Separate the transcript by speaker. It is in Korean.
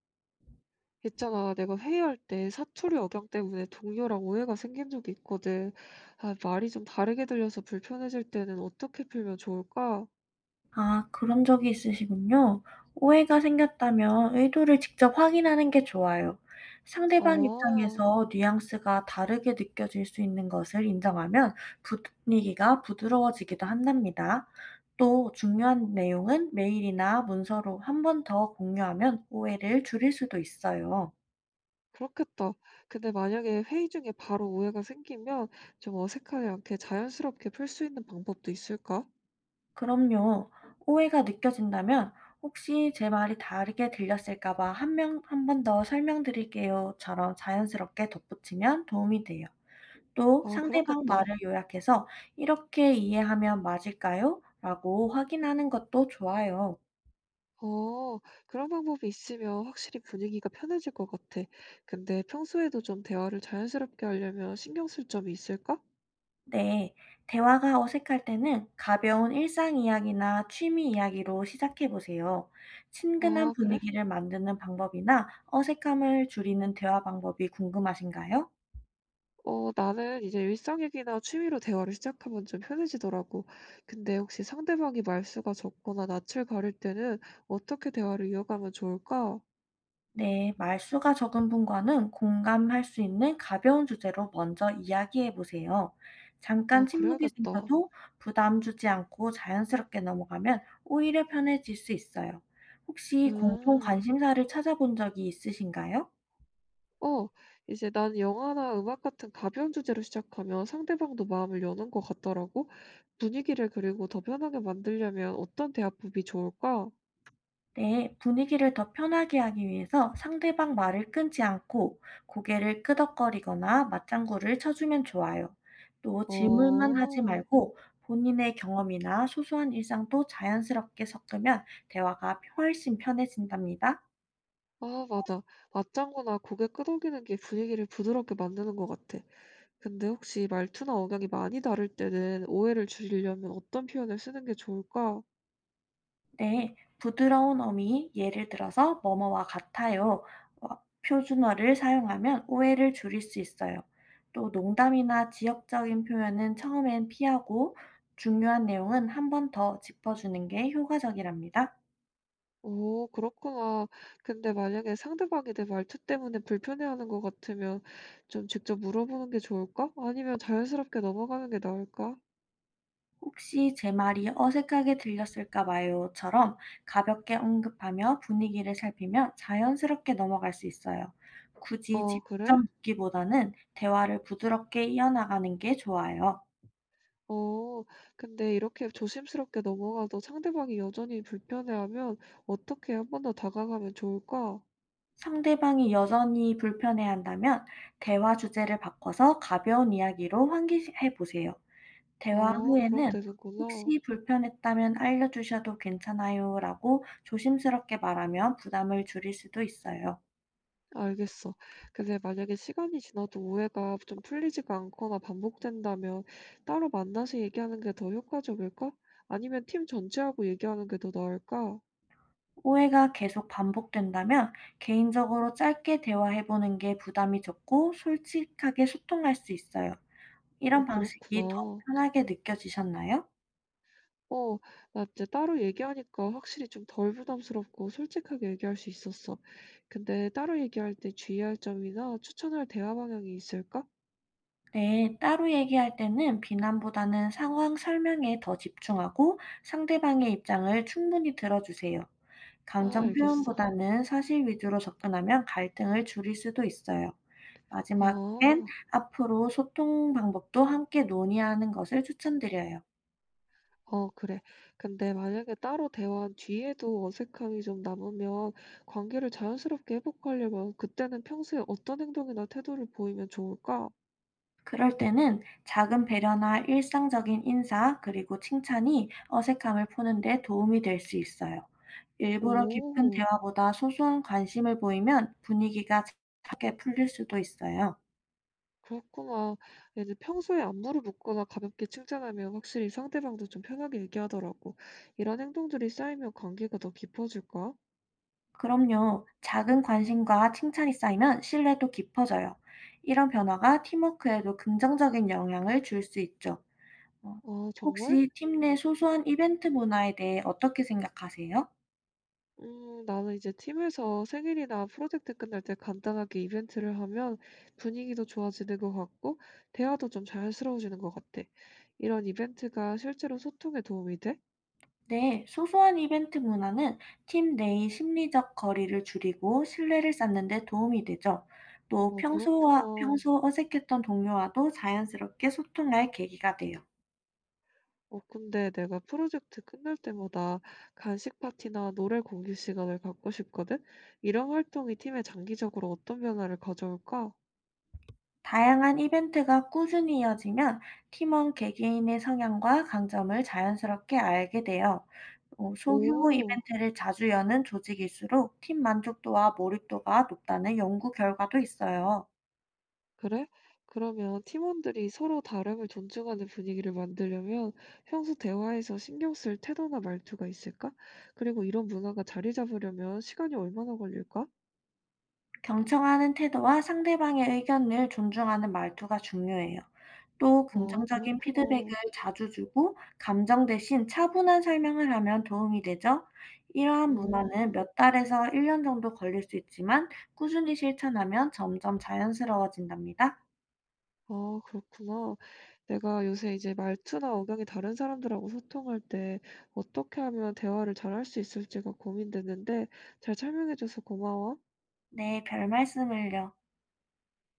Speaker 1: 있잖아, 내가 회의할 때 사투리 억양 때문에 동료랑 오해가 생긴 적이 있거든. 아, 말이 좀 다르게 들려서 불편해질 때는 어떻게 풀면 좋을까?
Speaker 2: 아, 그런 적이 있으시군요. 오해가 생겼다면 의도를 직접 확인하는 게 좋아요. 상대방
Speaker 1: 아,
Speaker 2: 입장에서 뉘앙스가 다르게 느껴질 수 있는 것을 인정하면 부- 분위기가 부드러워지기도 한답니다. 또 중요한 내용은 메일이나 문서로 한 번 더 공유하면 오해를 줄일 수도 있어요.
Speaker 1: 그렇겠다. 근데 만약에 회의 중에 바로 오해가 생기면 좀 어색하지 않게 자연스럽게 풀 수 있는 방법도 있을까?
Speaker 2: 그럼요. 오해가 느껴진다면 혹시 제 말이 다르게 들렸을까 봐 한 번 더 설명드릴게요.처럼 자연스럽게 덧붙이면 도움이 돼요. 또
Speaker 1: 아,
Speaker 2: 상대방
Speaker 1: 그렇겠다.
Speaker 2: 말을 요약해서 이렇게 이해하면 맞을까요? 라고 확인하는 것도 좋아요.
Speaker 1: 어, 그런 방법이 있으면 확실히 분위기가 편해질 것 같아. 근데 평소에도 좀 대화를 자연스럽게 하려면 신경 쓸 점이 있을까?
Speaker 2: 네. 대화가 어색할 때는 가벼운 일상 이야기나 취미 이야기로 시작해 보세요. 친근한
Speaker 1: 아, 그래?
Speaker 2: 분위기를 만드는 방법이나 어색함을 줄이는 대화 방법이 궁금하신가요?
Speaker 1: 어, 나는 이제 일상 얘기나 취미로 대화를 시작하면 좀 편해지더라고. 근데 혹시 상대방이 말수가 적거나 낯을 가릴 때는 어떻게 대화를 이어가면 좋을까?
Speaker 2: 네, 말수가 적은 분과는 공감할 수 있는 가벼운 주제로 먼저 이야기해 보세요. 잠깐
Speaker 1: 아,
Speaker 2: 침묵이
Speaker 1: 그래야겠다.
Speaker 2: 생겨도 부담 주지 않고 자연스럽게 넘어가면 오히려 편해질 수 있어요. 혹시 공통
Speaker 1: 음.
Speaker 2: 관심사를 찾아본 적이 있으신가요?
Speaker 1: 어, 이제 난 영화나 음악 같은 가벼운 주제로 시작하면 상대방도 마음을 여는 것 같더라고. 분위기를 그리고 더 편하게 만들려면 어떤 대화법이 좋을까?
Speaker 2: 네, 분위기를 더 편하게 하기 위해서 상대방 말을 끊지 않고 고개를 끄덕거리거나 맞장구를 쳐주면 좋아요. 또 질문만 하지
Speaker 1: 어,
Speaker 2: 말고 본인의 경험이나 소소한 일상도 자연스럽게 섞으면 대화가 훨씬 편해진답니다.
Speaker 1: 아, 맞아. 맞장구나 고개 끄덕이는 게 분위기를 부드럽게 만드는 것 같아. 근데 혹시 말투나 억양이 많이 다를 때는 오해를 줄이려면 어떤 표현을 쓰는 게 좋을까?
Speaker 2: 네, 부드러운 어미, 예를 들어서 뭐뭐와 같아요. 어, 표준어를 사용하면 오해를 줄일 수 있어요. 또 농담이나 지역적인 표현은 처음엔 피하고 중요한 내용은 한 번 더 짚어주는 게 효과적이랍니다.
Speaker 1: 오, 그렇구나. 근데 만약에 상대방이 내 말투 때문에 불편해하는 것 같으면 좀 직접 물어보는 게 좋을까? 아니면 자연스럽게 넘어가는 게 나을까?
Speaker 2: 혹시 제 말이 어색하게 들렸을까 봐요처럼 가볍게 언급하며 분위기를 살피면 자연스럽게 넘어갈 수 있어요. 굳이
Speaker 1: 아,
Speaker 2: 직접
Speaker 1: 그래?
Speaker 2: 묻기보다는 대화를 부드럽게 이어나가는 게 좋아요.
Speaker 1: 어, 근데 이렇게 조심스럽게 넘어가도 상대방이 여전히 불편해하면 어떻게 한 번 더 다가가면 좋을까?
Speaker 2: 상대방이 여전히 불편해한다면 대화 주제를 바꿔서 가벼운 이야기로 환기해 보세요. 대화
Speaker 1: 아, 그럼
Speaker 2: 후에는
Speaker 1: 되는구나.
Speaker 2: "혹시 불편했다면 알려주셔도 괜찮아요."라고 조심스럽게 말하면 부담을 줄일 수도 있어요.
Speaker 1: 알겠어. 근데 만약에 시간이 지나도 오해가 좀 풀리지가 않거나 반복된다면 따로 만나서 얘기하는 게 더 효과적일까? 아니면 팀 전체하고 얘기하는 게 더 나을까?
Speaker 2: 오해가 계속 반복된다면 개인적으로 짧게 대화해 보는 게 부담이 적고 솔직하게 소통할 수 있어요.
Speaker 1: 아,
Speaker 2: 이런 방식이 더
Speaker 1: 그렇구나.
Speaker 2: 편하게 느껴지셨나요?
Speaker 1: 어, 나 이제 따로 얘기하니까 확실히 좀 덜 부담스럽고 솔직하게 얘기할 수 있었어. 근데 따로 얘기할 때 주의할 점이나 추천할 대화 방향이 있을까?
Speaker 2: 네, 따로 얘기할 때는 비난보다는 상황 설명에 더 집중하고 상대방의 입장을 충분히 들어주세요.
Speaker 1: 아,
Speaker 2: 감정
Speaker 1: 알겠어.
Speaker 2: 표현보다는 사실 위주로 접근하면 갈등을 줄일 수도 있어요. 마지막엔
Speaker 1: 아.
Speaker 2: 앞으로 소통 방법도 함께 논의하는 것을 추천드려요.
Speaker 1: 어, 그래. 근데 만약에 따로 대화한 뒤에도 어색함이 좀 남으면 관계를 자연스럽게 회복하려면 그때는 평소에 어떤 행동이나 태도를 보이면 좋을까?
Speaker 2: 그럴 때는 작은 배려나 일상적인 인사, 그리고 칭찬이 어색함을 푸는 데 도움이 될 수 있어요. 일부러 깊은
Speaker 1: 오,
Speaker 2: 대화보다 소소한 관심을 보이면 분위기가 작게 풀릴 수도 있어요.
Speaker 1: 그렇구나. 이제 평소에 안부를 묻거나 가볍게 칭찬하면 확실히 상대방도 좀 편하게 얘기하더라고. 이런 행동들이 쌓이면 관계가 더 깊어질까?
Speaker 2: 그럼요. 작은 관심과 칭찬이 쌓이면 신뢰도 깊어져요. 이런 변화가 팀워크에도 긍정적인 영향을 줄 수 있죠. 어,
Speaker 1: 아, 정말?
Speaker 2: 혹시 팀 내 소소한 이벤트 문화에 대해 어떻게 생각하세요?
Speaker 1: 나는 이제 팀에서 생일이나 프로젝트 끝날 때 간단하게 이벤트를 하면 분위기도 좋아지는 것 같고, 대화도 좀 자연스러워지는 것 같아. 이런 이벤트가 실제로 소통에 도움이 돼?
Speaker 2: 네, 소소한 이벤트 문화는 팀 내의 심리적 거리를 줄이고 신뢰를 쌓는 데 도움이 되죠. 또
Speaker 1: 어, 그렇구나.
Speaker 2: 평소 어색했던 동료와도 자연스럽게 소통할 계기가 돼요.
Speaker 1: 어, 근데 내가 프로젝트 끝날 때마다 간식 파티나 노래 공유 시간을 갖고 싶거든? 이런 활동이 팀에 장기적으로 어떤 변화를 가져올까?
Speaker 2: 다양한 이벤트가 꾸준히 이어지면 팀원 개개인의 성향과 강점을 자연스럽게 알게 돼요. 소규모
Speaker 1: 오.
Speaker 2: 이벤트를 자주 여는 조직일수록 팀 만족도와 몰입도가 높다는 연구 결과도 있어요.
Speaker 1: 그래? 그러면 팀원들이 서로 다름을 존중하는 분위기를 만들려면 평소 대화에서 신경 쓸 태도나 말투가 있을까? 그리고 이런 문화가 자리 잡으려면 시간이 얼마나 걸릴까?
Speaker 2: 경청하는 태도와 상대방의 의견을 존중하는 말투가 중요해요. 또
Speaker 1: 아,
Speaker 2: 긍정적인
Speaker 1: 그렇구나.
Speaker 2: 피드백을 자주 주고 감정 대신 차분한 설명을 하면 도움이 되죠. 이러한 문화는
Speaker 1: 음,
Speaker 2: 몇 달에서 1년 정도 걸릴 수 있지만 꾸준히 실천하면 점점 자연스러워진답니다.
Speaker 1: 아, 그렇구나. 내가 요새 이제 말투나 억양이 다른 사람들하고 소통할 때 어떻게 하면 대화를 잘할 수 있을지가 고민되는데 잘 설명해줘서 고마워.
Speaker 2: 네, 별 말씀을요.